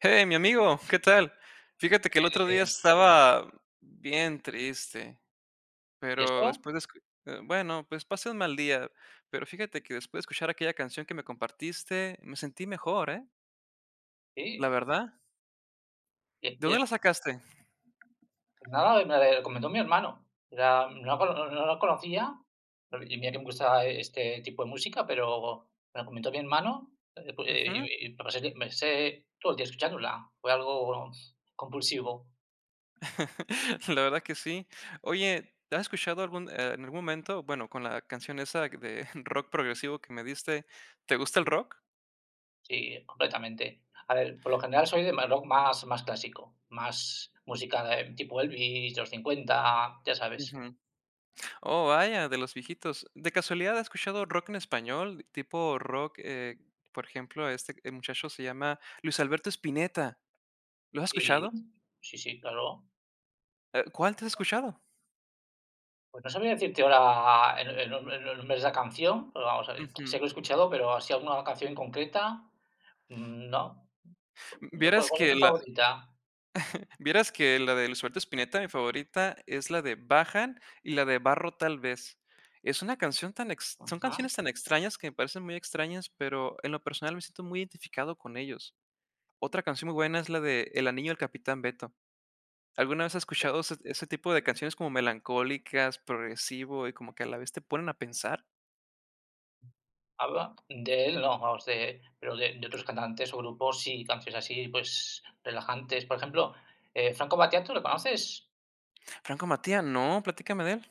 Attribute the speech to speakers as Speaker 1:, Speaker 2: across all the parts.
Speaker 1: Hey, mi amigo, ¿qué tal? Fíjate que el otro día
Speaker 2: Eh,
Speaker 1: estaba bien triste,
Speaker 2: y
Speaker 1: pero
Speaker 2: eso,
Speaker 1: después de, bueno, pues pasé un mal día, pero fíjate que después de escuchar aquella canción que me compartiste, me sentí mejor, ¿eh? La
Speaker 2: sí.
Speaker 1: verdad.
Speaker 2: Y
Speaker 1: ¿De dónde
Speaker 2: que
Speaker 1: la sacaste?
Speaker 2: pues nada, me la recomendó mi hermano. Era no la conocía, pero y mira que me gusta este tipo de música, pero me la comentó mi hermano, pu y
Speaker 1: Ujú.
Speaker 2: y me pasé todo el día escuchándola. Fue algo compulsivo.
Speaker 1: La verdad que sí. Oye, ¿has escuchado en algún momento, bueno, con la canción esa de rock progresivo que me diste, ¿te gusta el
Speaker 2: Sí,
Speaker 1: rock?
Speaker 2: sí, completamente. A ver, por lo general soy de más rock, más más clásico, más música de tipo Elvis, de los cincuenta, ya sabes.
Speaker 1: Oh, vaya, de los viejitos. ¿De casualidad has escuchado rock en español? Por ejemplo, muchacho se llama Luis Alberto Spinetta. ¿Lo has
Speaker 2: Sí,
Speaker 1: escuchado?
Speaker 2: sí, sí, claro.
Speaker 1: ¿Cuál te has escuchado?
Speaker 2: Pues no sabría decirte ahora el nombre, de esa canción, pero vamos a ver, sé
Speaker 1: Ujú.
Speaker 2: que lo he escuchado, pero así alguna canción en concreta, no. No, ¿cuál
Speaker 1: Vieras
Speaker 2: cuál es
Speaker 1: que
Speaker 2: tu
Speaker 1: la
Speaker 2: favorita?
Speaker 1: vieras que la de Luis Alberto Spinetta, mi favorita, es la de Bajan y la de Barro tal vez. Es una canción tan ex son
Speaker 2: Ajá.
Speaker 1: canciones tan extrañas que me parecen muy extrañas, pero en lo personal me siento muy identificado con ellos. Otra canción muy buena es la de El anillo del Capitán Beto. ¿Alguna vez has
Speaker 2: De
Speaker 1: escuchado ese tipo de canciones como melancólicas, progresivo y como que a la vez te ponen a pensar?
Speaker 2: él no, vamos, de pero de otros cantantes o grupos, sí, canciones así, pues, relajantes. Por ejemplo, Franco Battiato, ¿lo conoces?
Speaker 1: Franco Matía, no, platícame de él.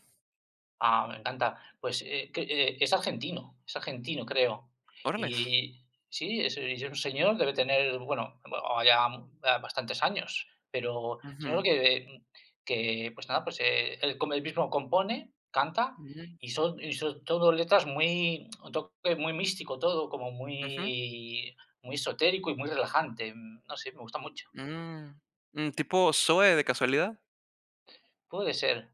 Speaker 2: Ah, me encanta. Pues, es argentino, creo.
Speaker 1: Órales.
Speaker 2: Y sí, es un señor, debe tener, bueno, o ya, bastantes años, pero
Speaker 1: Ujú,
Speaker 2: señor que, que, pues nada, pues, él mismo compone, canta,
Speaker 1: ujú,
Speaker 2: y son todo letras muy un toque muy místico todo, como
Speaker 1: ujú,
Speaker 2: muy esotérico y muy relajante. No sé, me gusta mucho.
Speaker 1: mm, mm, ¿tipo Zoe de casualidad?
Speaker 2: Puede ser.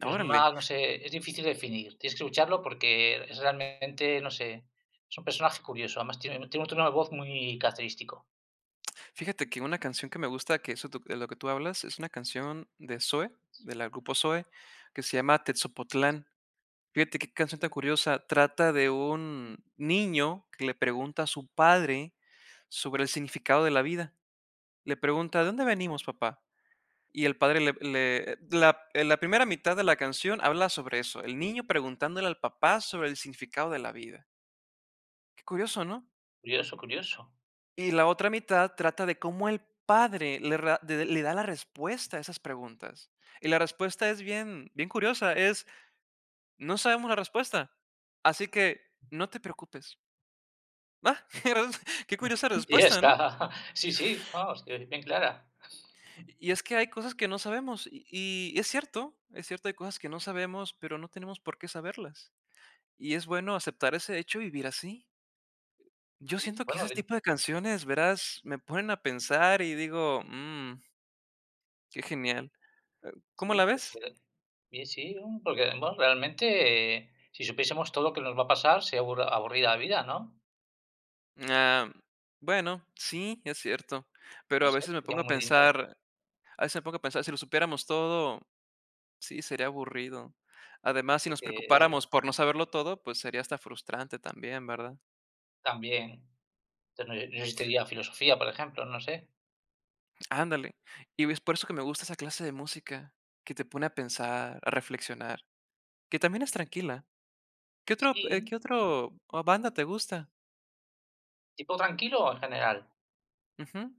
Speaker 2: Pero es
Speaker 1: Órale.
Speaker 2: más, no sé, es difícil de definir. Tienes que escucharlo porque es realmente, no sé, es un personaje curioso. Además, tiene un tono de voz muy característico.
Speaker 1: Fíjate que una canción que me gusta, que eso tú de lo que tú hablas, es una canción de Zoe, del grupo Zoe, que se llama Tetzopotlán. Fíjate qué canción tan curiosa. Trata de un niño que le pregunta a su padre sobre el significado de la vida. Le pregunta: "¿De dónde venimos, papá?". Y el padre le le la en la primera mitad de la canción habla sobre eso, el niño preguntándole al papá sobre el significado de la vida. Qué curioso, ¿no?
Speaker 2: Curioso, curioso.
Speaker 1: Y la otra mitad trata de cómo el padre le ra de le da la respuesta a esas preguntas. Y la respuesta es bien curiosa, es: "No sabemos la respuesta, así que no te preocupes". Ah, qué curiosa
Speaker 2: Y ya
Speaker 1: respuesta, ¿no?
Speaker 2: está. Sí, sí, vamos, que es bien clara.
Speaker 1: Y es que hay cosas que no sabemos, y es cierto, hay cosas que no sabemos, pero no tenemos por qué saberlas. Y es bueno aceptar ese hecho y vivir así. Yo
Speaker 2: Sí,
Speaker 1: siento que
Speaker 2: bueno,
Speaker 1: ese tipo de canciones, verás, me ponen a pensar y digo: "Mm, qué genial". ¿Cómo la
Speaker 2: sí,
Speaker 1: ves?
Speaker 2: porque bien, sí, porque bueno, realmente, si supiésemos todo lo que nos va a pasar, sería aburrida la vida, ¿no?
Speaker 1: Ah, bueno, sí, es cierto,
Speaker 2: No
Speaker 1: pero
Speaker 2: sé, sería muy lineal
Speaker 1: a veces me pongo a pensar, si lo supiéramos todo, sí, sería aburrido. Además, si nos
Speaker 2: porque
Speaker 1: preocupáramos por no saberlo todo, pues sería hasta frustrante también, ¿verdad?
Speaker 2: también entonces no existiría filosofía, por ejemplo, no sé.
Speaker 1: Ándale. Y es por eso que me gusta esa clase de música, que te pone a pensar, a reflexionar, que también es tranquila.
Speaker 2: Sí,
Speaker 1: Qué otro o banda te gusta?
Speaker 2: tipo tranquilo en general.
Speaker 1: Ujú.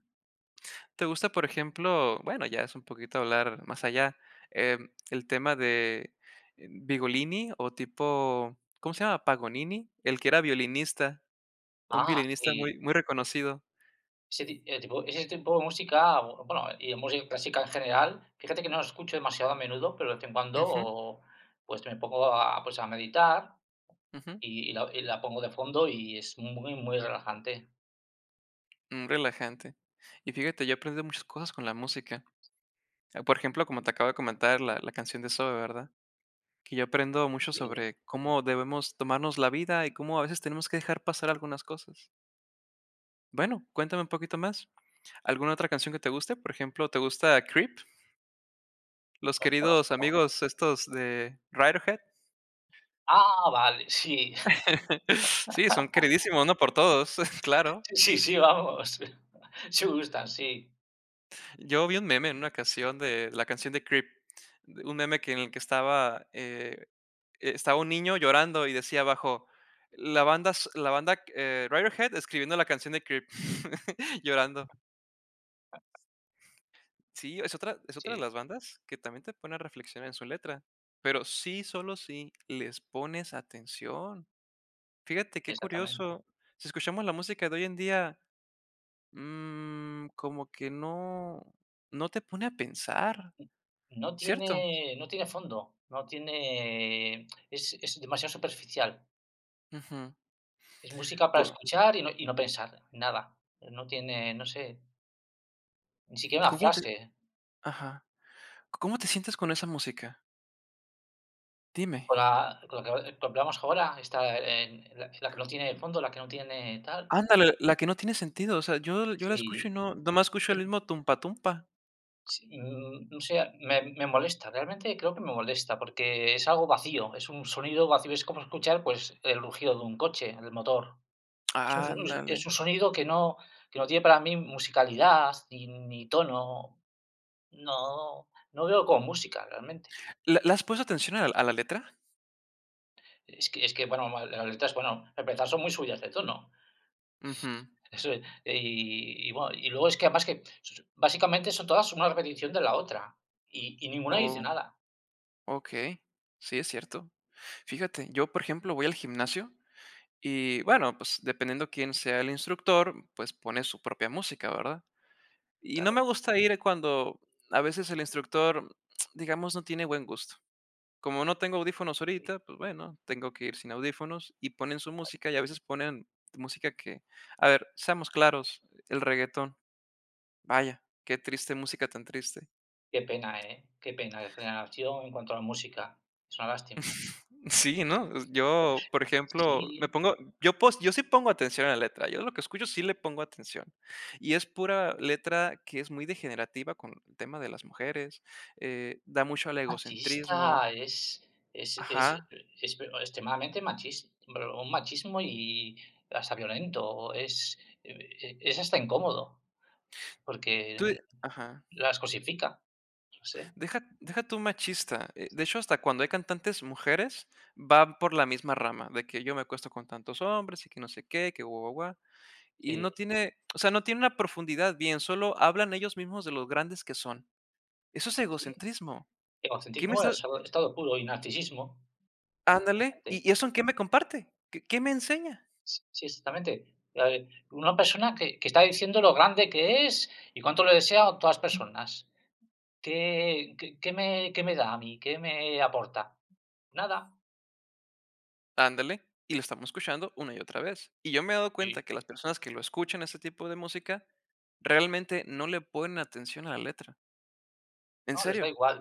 Speaker 1: ¿Te gusta, por ejemplo, bueno, ya es un poquito hablar más allá, el tema de Vigolini o tipo, ¿cómo se llama? Pagonini, el que era violinista, un
Speaker 2: Ah,
Speaker 1: violinista
Speaker 2: sí.
Speaker 1: muy, muy reconocido.
Speaker 2: Ese ti tipo ese tipo de música, bueno, y de música clásica en general, fíjate que no la escucho demasiado a menudo, pero de vez en cuando,
Speaker 1: Ujú,
Speaker 2: pues, me pongo a, pues, a meditar
Speaker 1: ujú,
Speaker 2: y la pongo de fondo y es muy, muy relajante.
Speaker 1: mm, relajante. Y fíjate, yo he aprendido muchas cosas con la música. Ah, por ejemplo, como te acabo de comentar, la canción de Zoe, ¿verdad? Que yo aprendo mucho
Speaker 2: Sí,
Speaker 1: sobre cómo debemos tomarnos la vida y cómo a veces tenemos que dejar pasar algunas cosas. Bueno, cuéntame un poquito más. ¿Alguna otra canción que te guste? Por ejemplo, ¿te gusta Creep? Los queridos
Speaker 2: conozco.
Speaker 1: amigos estos de Radiohead.
Speaker 2: Ah, vale, sí.
Speaker 1: Sí, son queridísimos, ¿no? Por todos, claro.
Speaker 2: Sí, sí, sí, vamos. Sí gustan, sí,
Speaker 1: Yo vi un meme en una canción de Creep, de un meme que en el que estaba, estaba un niño llorando y decía abajo, la banda Radiohead escribiendo la canción de Creep, llorando. Sí, es otra de
Speaker 2: sí,
Speaker 1: las bandas que también te pone a reflexionar en su letra, pero sí, solo si les pones atención. Fíjate qué
Speaker 2: exactamente.
Speaker 1: curioso. Si escuchamos la música de hoy en día, mm, como que no, no te pone a pensar,
Speaker 2: no
Speaker 1: ¿cierto?
Speaker 2: tiene no tiene fondo, no tiene, es demasiado superficial.
Speaker 1: Ujú.
Speaker 2: Es música para
Speaker 1: Por-
Speaker 2: escuchar y no pensar nada. No tiene, no sé, ni siquiera una
Speaker 1: ¿Cómo
Speaker 2: frase.
Speaker 1: ajá, cómo te sientes con esa música? Dime.
Speaker 2: Con la que hablamos ahora, esta, en la que no tiene fondo, la que no tiene tal,
Speaker 1: Ándale, la que no tiene sentido, o sea, yo la escucho y
Speaker 2: sí.
Speaker 1: no, nomás escucho
Speaker 2: que
Speaker 1: el mismo tumpa tumpa.
Speaker 2: Sí, no sé, me molesta, realmente creo que me molesta, porque es algo vacío, es un sonido vacío, es como escuchar, pues, el rugido de un coche, el motor. Es un
Speaker 1: Ándale.
Speaker 2: es un sonido que no tiene para mí musicalidad, ni tono, no no veo como música realmente.
Speaker 1: ¿Le has puesto atención a la letra?
Speaker 2: Es que bueno, las letras, bueno, para empezar son muy subidas de tono.
Speaker 1: Ujú.
Speaker 2: Eso, y bueno, y luego es que además que básicamente son todas una repetición de la otra y ninguna dice
Speaker 1: Oh,
Speaker 2: nada.
Speaker 1: okey. Sí, es cierto. Fíjate, yo, por ejemplo, voy al gimnasio y, bueno, pues, dependiendo quién sea el instructor, pues, pone su propia música, ¿verdad? Y no me
Speaker 2: Claro.
Speaker 1: gusta ir cuando a veces el instructor, digamos, no tiene buen gusto. Como no tengo audífonos
Speaker 2: Y
Speaker 1: ahorita, pues bueno, tengo que ir sin audífonos y ponen su música y a veces ponen música que, a ver, seamos claros, el reggaetón, vaya, qué triste, música tan triste.
Speaker 2: qué pena, ¿eh? Qué pena de generación en cuanto a la música. Es una lástima.
Speaker 1: Sí, ¿no? Yo, por ejemplo, me
Speaker 2: Sí,
Speaker 1: pongo, yo, yo sí pongo atención a la letra, yo lo que escucho sí le pongo atención. Y es pura letra que es muy degenerativa con el tema de las mujeres, da mucho al egocentrismo.
Speaker 2: machista,
Speaker 1: Ajá.
Speaker 2: es extremadamente machista, un machismo y hasta violento. Es, es hasta incómodo,
Speaker 1: Tú,
Speaker 2: porque
Speaker 1: ajá.
Speaker 2: las cosifica, no sé.
Speaker 1: Deja, deja tú machista. De hecho, hasta cuando hay cantantes mujeres, va por la misma rama, de que yo me acuesto con tantos hombres y que no sé qué, que guau, guau, guau. Y
Speaker 2: eh,
Speaker 1: no tiene, o sea, no tiene una profundidad bien, solo hablan ellos mismos de los grandes que son. Eso es
Speaker 2: Sí,
Speaker 1: egocentrismo. ¿Qué me
Speaker 2: egocentrismo,
Speaker 1: está?
Speaker 2: estado puro y narcisismo,
Speaker 1: Ándale.
Speaker 2: totalmente.
Speaker 1: ¿Y eso en qué me comparte? ¿Qué, qué me enseña?
Speaker 2: Sí, sí, exactamente. Una persona que está diciendo lo grande que es y cuánto le desea a todas las personas. ¿Qué qué qué me da a mí? ¿Qué me aporta? Nada.
Speaker 1: Ándale. Y lo estamos escuchando una y otra vez. Y yo me he dado cuenta
Speaker 2: Y
Speaker 1: que las personas que lo escuchan, ese tipo de música, realmente no le ponen atención a la letra. En
Speaker 2: no, les da
Speaker 1: serio.
Speaker 2: igual.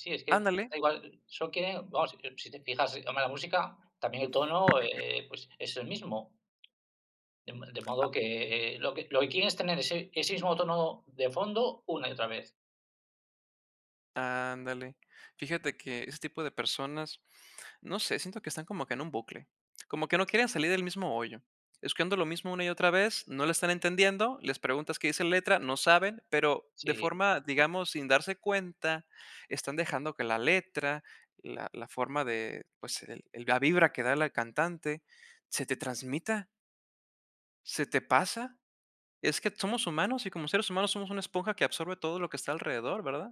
Speaker 2: Sí, es que
Speaker 1: Ándale
Speaker 2: da igual, solo quieren, vamos, si te fijas, en la música, también el tono, pues es el mismo. De modo que lo que quieren es tener ese mismo tono de fondo una y otra vez.
Speaker 1: Ándale. Fíjate que ese tipo de personas, no sé, siento que están como que en un bucle, como que no quieren salir del mismo hoyo. Escuchando lo mismo una y otra vez, no lo están entendiendo, les preguntas qué dice la letra, no saben, pero de
Speaker 2: Sí.
Speaker 1: forma, digamos, sin darse cuenta, están dejando que la letra, la forma de, pues, la vibra que da la cantante, se te transmita, se te pasa, es que somos humanos y como seres humanos somos una esponja que absorbe todo lo que está alrededor, ¿verdad?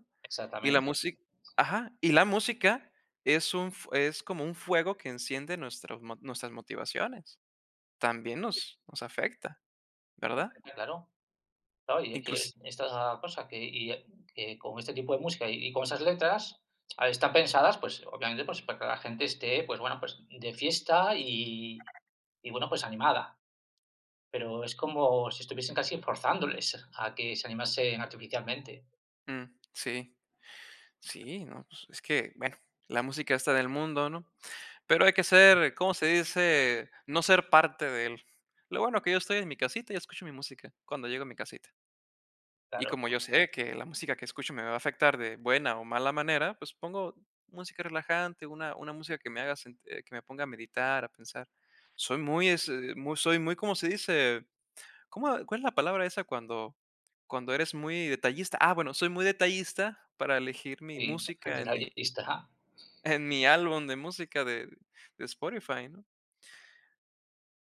Speaker 1: Y la
Speaker 2: Exactamente,
Speaker 1: música ajá, y la música es un f es como un fuego que enciende nuestras motivaciones. También nos afecta, ¿verdad?
Speaker 2: exactamente, claro, claro. Y
Speaker 1: Incluso
Speaker 2: es esta cosa que que con este tipo de música y con esas letras, a ver, están pensadas, pues, obviamente, pues, para que la gente esté, pues, bueno, pues, de fiesta y bueno, pues, animada, pero es como si estuviesen casi forzándoles a que se animasen artificialmente,
Speaker 1: sí, sí, no, pues, es que, bueno, la música está en el mundo, ¿no? Pero hay que ser, ¿cómo se dice? No ser parte de él. Lo bueno que yo estoy en mi casita y escucho mi música cuando llego a mi casita. Y
Speaker 2: claro.
Speaker 1: como yo sé que la música que escucho me va a afectar de buena o mala manera, pues pongo música relajante, una música que me haga que me ponga a meditar, a pensar. Soy muy, soy muy, ¿cómo se dice? ¿Cómo, cuál es la palabra esa cuando, cuando eres muy detallista? Ah, bueno, soy muy detallista para elegir mi
Speaker 2: Y
Speaker 1: música
Speaker 2: desde
Speaker 1: en mi,
Speaker 2: ahí está.
Speaker 1: en mi álbum de música de Spotify, ¿no?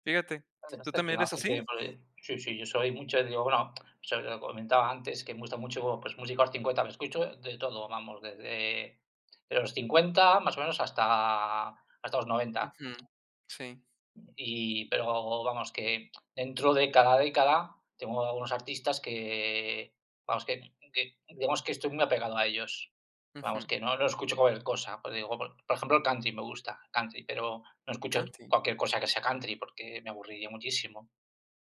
Speaker 1: Fíjate, ¿tú
Speaker 2: Hasta que
Speaker 1: también
Speaker 2: no
Speaker 1: eres
Speaker 2: haces
Speaker 1: así?
Speaker 2: bien, porque sí, sí, yo soy mucho, digo, bueno, sobre lo que comentaba antes que me gusta mucho, pues, música de los 50, pero escucho de todo, vamos, desde de los 50 más o menos hasta los noventa.
Speaker 1: Ujú, Sí.
Speaker 2: Y, pero vamos, que dentro de cada década tengo algunos artistas que, vamos, que digamos que estoy muy apegado a ellos. Que,
Speaker 1: Ujú,
Speaker 2: vamos, que no escucho cualquier cosa, pues digo, por ejemplo, el country me gusta, country, pero no escucho
Speaker 1: Country.
Speaker 2: cualquier cosa que sea country porque me aburriría muchísimo.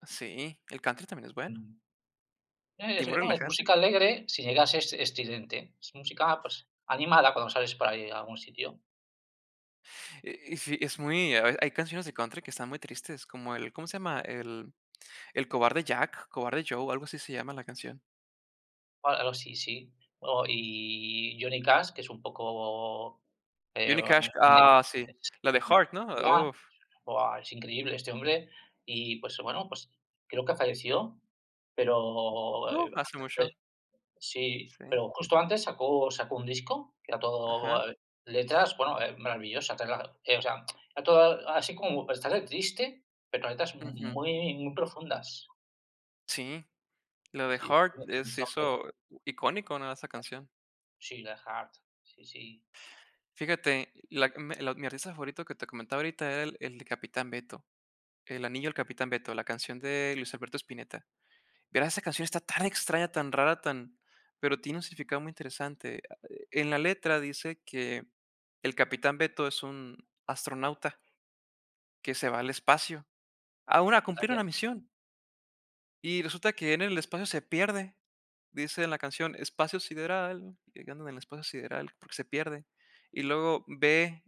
Speaker 1: Sí, el country también es bueno
Speaker 2: Mm.
Speaker 1: y
Speaker 2: Es,
Speaker 1: muy
Speaker 2: bueno, es
Speaker 1: relajante.
Speaker 2: música alegre, si llega a ser es estridente. Es música, pues, animada cuando sales para ir a algún sitio.
Speaker 1: Sí, es muy a ve hay canciones de country que están muy tristes, como el ¿cómo se llama? El Cobarde Jack, Cobarde Joe, algo así se llama la canción.
Speaker 2: O algo así, sí. O y Johnny Cash, que es un poco, eh,
Speaker 1: Johnny Cash,
Speaker 2: mm,
Speaker 1: ah, sí,
Speaker 2: es,
Speaker 1: la de Heart,
Speaker 2: ya,
Speaker 1: ¿no? Uf,
Speaker 2: buah, es increíble este hombre. Y, pues, bueno, pues creo que falleció, pero
Speaker 1: uf, hace
Speaker 2: antes
Speaker 1: mucho,
Speaker 2: sí,
Speaker 1: sí,
Speaker 2: pero justo antes sacó un disco que era
Speaker 1: ajá,
Speaker 2: todo, letras, bueno, maravillosas, rela o sea, era todo así como para estar triste, pero letras mu
Speaker 1: ujú,
Speaker 2: muy muy profundas.
Speaker 1: sí, la de
Speaker 2: Sí, como
Speaker 1: Heart,
Speaker 2: la de
Speaker 1: se
Speaker 2: este hombre,
Speaker 1: hizo icónico, ¿no? Esa canción.
Speaker 2: sí, Die Hard, sí, sí,
Speaker 1: Fíjate, la me la mi artista favorito que te comentaba ahorita era el de Capitán Beto, El anillo del Capitán Beto, la canción de Luis Alberto Spinetta. Verás, esa canción está tan extraña, tan rara, tan, pero tiene un significado muy interesante. Ah, en la letra dice que el capitán Beto es un astronauta que se va al espacio a cumplir
Speaker 2: vaya,
Speaker 1: una misión, y resulta que en el espacio se pierde. Dice en la canción: "Espacio sideral", y andan en el espacio sideral porque se pierde. Y luego ve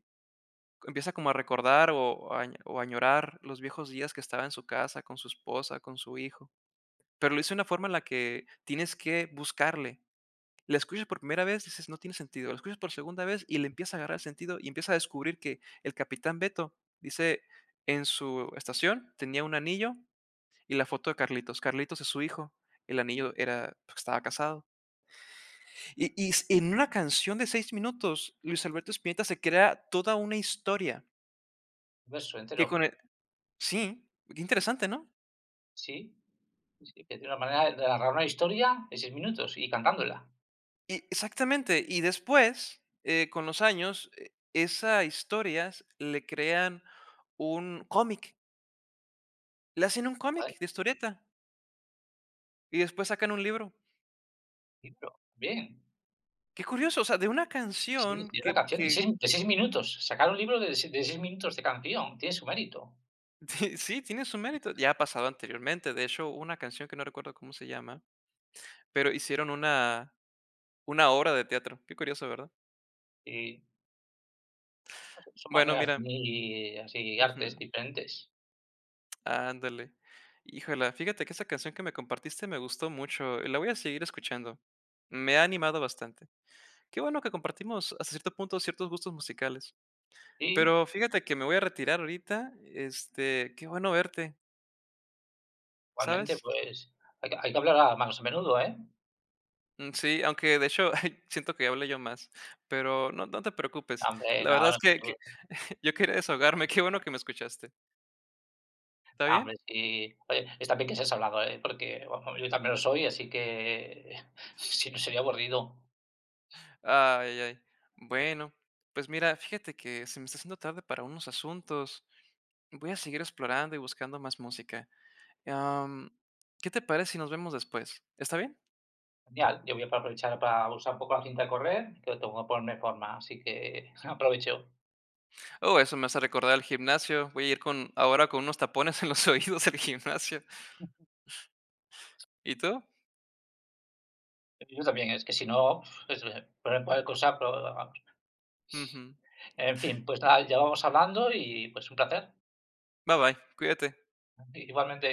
Speaker 1: empieza como a recordar o a añorar los viejos días que estaba en su casa con su esposa, con su hijo, pero lo hizo de una forma en la que tienes que buscarle. La escuchas por primera vez, dices: "No tiene sentido". La escuchas por segunda vez y le empieza a agarrar sentido, y empiezas a descubrir que el capitán Beto, dice, en su estación tenía un anillo y la foto de Carlitos. Carlitos es su hijo. El anillo era porque estaba casado. Y s en una canción de 6 minutos, Luis Alberto Spinetta se crea toda una historia
Speaker 2: un verso
Speaker 1: que con
Speaker 2: entero.
Speaker 1: el sí, qué interesante, ¿no?
Speaker 2: Sí, sí, que de una manera de narrar una historia de 6 minutos y cantándola,
Speaker 1: Y exactamente. Y después, con los años, esas historias le crean un cómic. Le hacen un
Speaker 2: ¿vale?
Speaker 1: cómic de historieta y después sacan un libro.
Speaker 2: Libro, bien.
Speaker 1: Qué curioso, o sea, de una
Speaker 2: Sí, sí,
Speaker 1: canción
Speaker 2: tiene
Speaker 1: que
Speaker 2: una canción
Speaker 1: que
Speaker 2: de 6 minutos. Sacar un libro de de 6 minutos de canción tiene su mérito.
Speaker 1: sí, sí, tiene su mérito. Ya ha pasado anteriormente, de hecho, una canción que no recuerdo cómo se llama, pero hicieron una obra de teatro. Qué curioso, ¿verdad?
Speaker 2: Y son
Speaker 1: Bueno,
Speaker 2: maneras
Speaker 1: mira,
Speaker 2: muy así, artes
Speaker 1: ujú,
Speaker 2: diferentes.
Speaker 1: ándale. Híjole, fíjate que esa canción que me compartiste me gustó mucho, la voy a seguir escuchando. Me ha animado bastante. Qué bueno que compartimos hasta cierto punto ciertos gustos musicales.
Speaker 2: Y
Speaker 1: Pero fíjate que me voy a retirar ahorita, este, qué bueno verte.
Speaker 2: igualmente,
Speaker 1: ¿Sabes?
Speaker 2: pues hay que hablar más a menudo, ¿eh?
Speaker 1: Mm, sí, aunque de hecho, siento que hablé yo más, pero no te preocupes.
Speaker 2: Hombre,
Speaker 1: La
Speaker 2: no,
Speaker 1: verdad es
Speaker 2: no,
Speaker 1: que
Speaker 2: no,
Speaker 1: yo quería desahogarme, qué bueno que me escuchaste. ¿Está bien?
Speaker 2: hombre, sí. Oye, está bien que seas hablado, ¿eh? Porque, vamos, yo también lo soy, así que si no sería aburrido.
Speaker 1: Ay, ay, ay. Bueno, pues mira, fíjate que se me está haciendo tarde para unos asuntos. Voy a seguir explorando y buscando más música. Am, ¿qué te parece si nos vemos después? ¿Está bien?
Speaker 2: Genial, yo voy a aprovechar para usar un poco la cinta de correr, que tengo que ponerme en forma, así que aprovecho.
Speaker 1: Oh, eso me hace recordar el gimnasio. Voy a ir con ahora con unos tapones en los oídos al gimnasio. ¿Y tú?
Speaker 2: Yo también, es que si no, pues, cualquier cosa, pero
Speaker 1: Ujú.
Speaker 2: en fin, pues nada, ya vamos hablando y pues un placer.
Speaker 1: Bye, bye. Cuídate.
Speaker 2: Igualmente.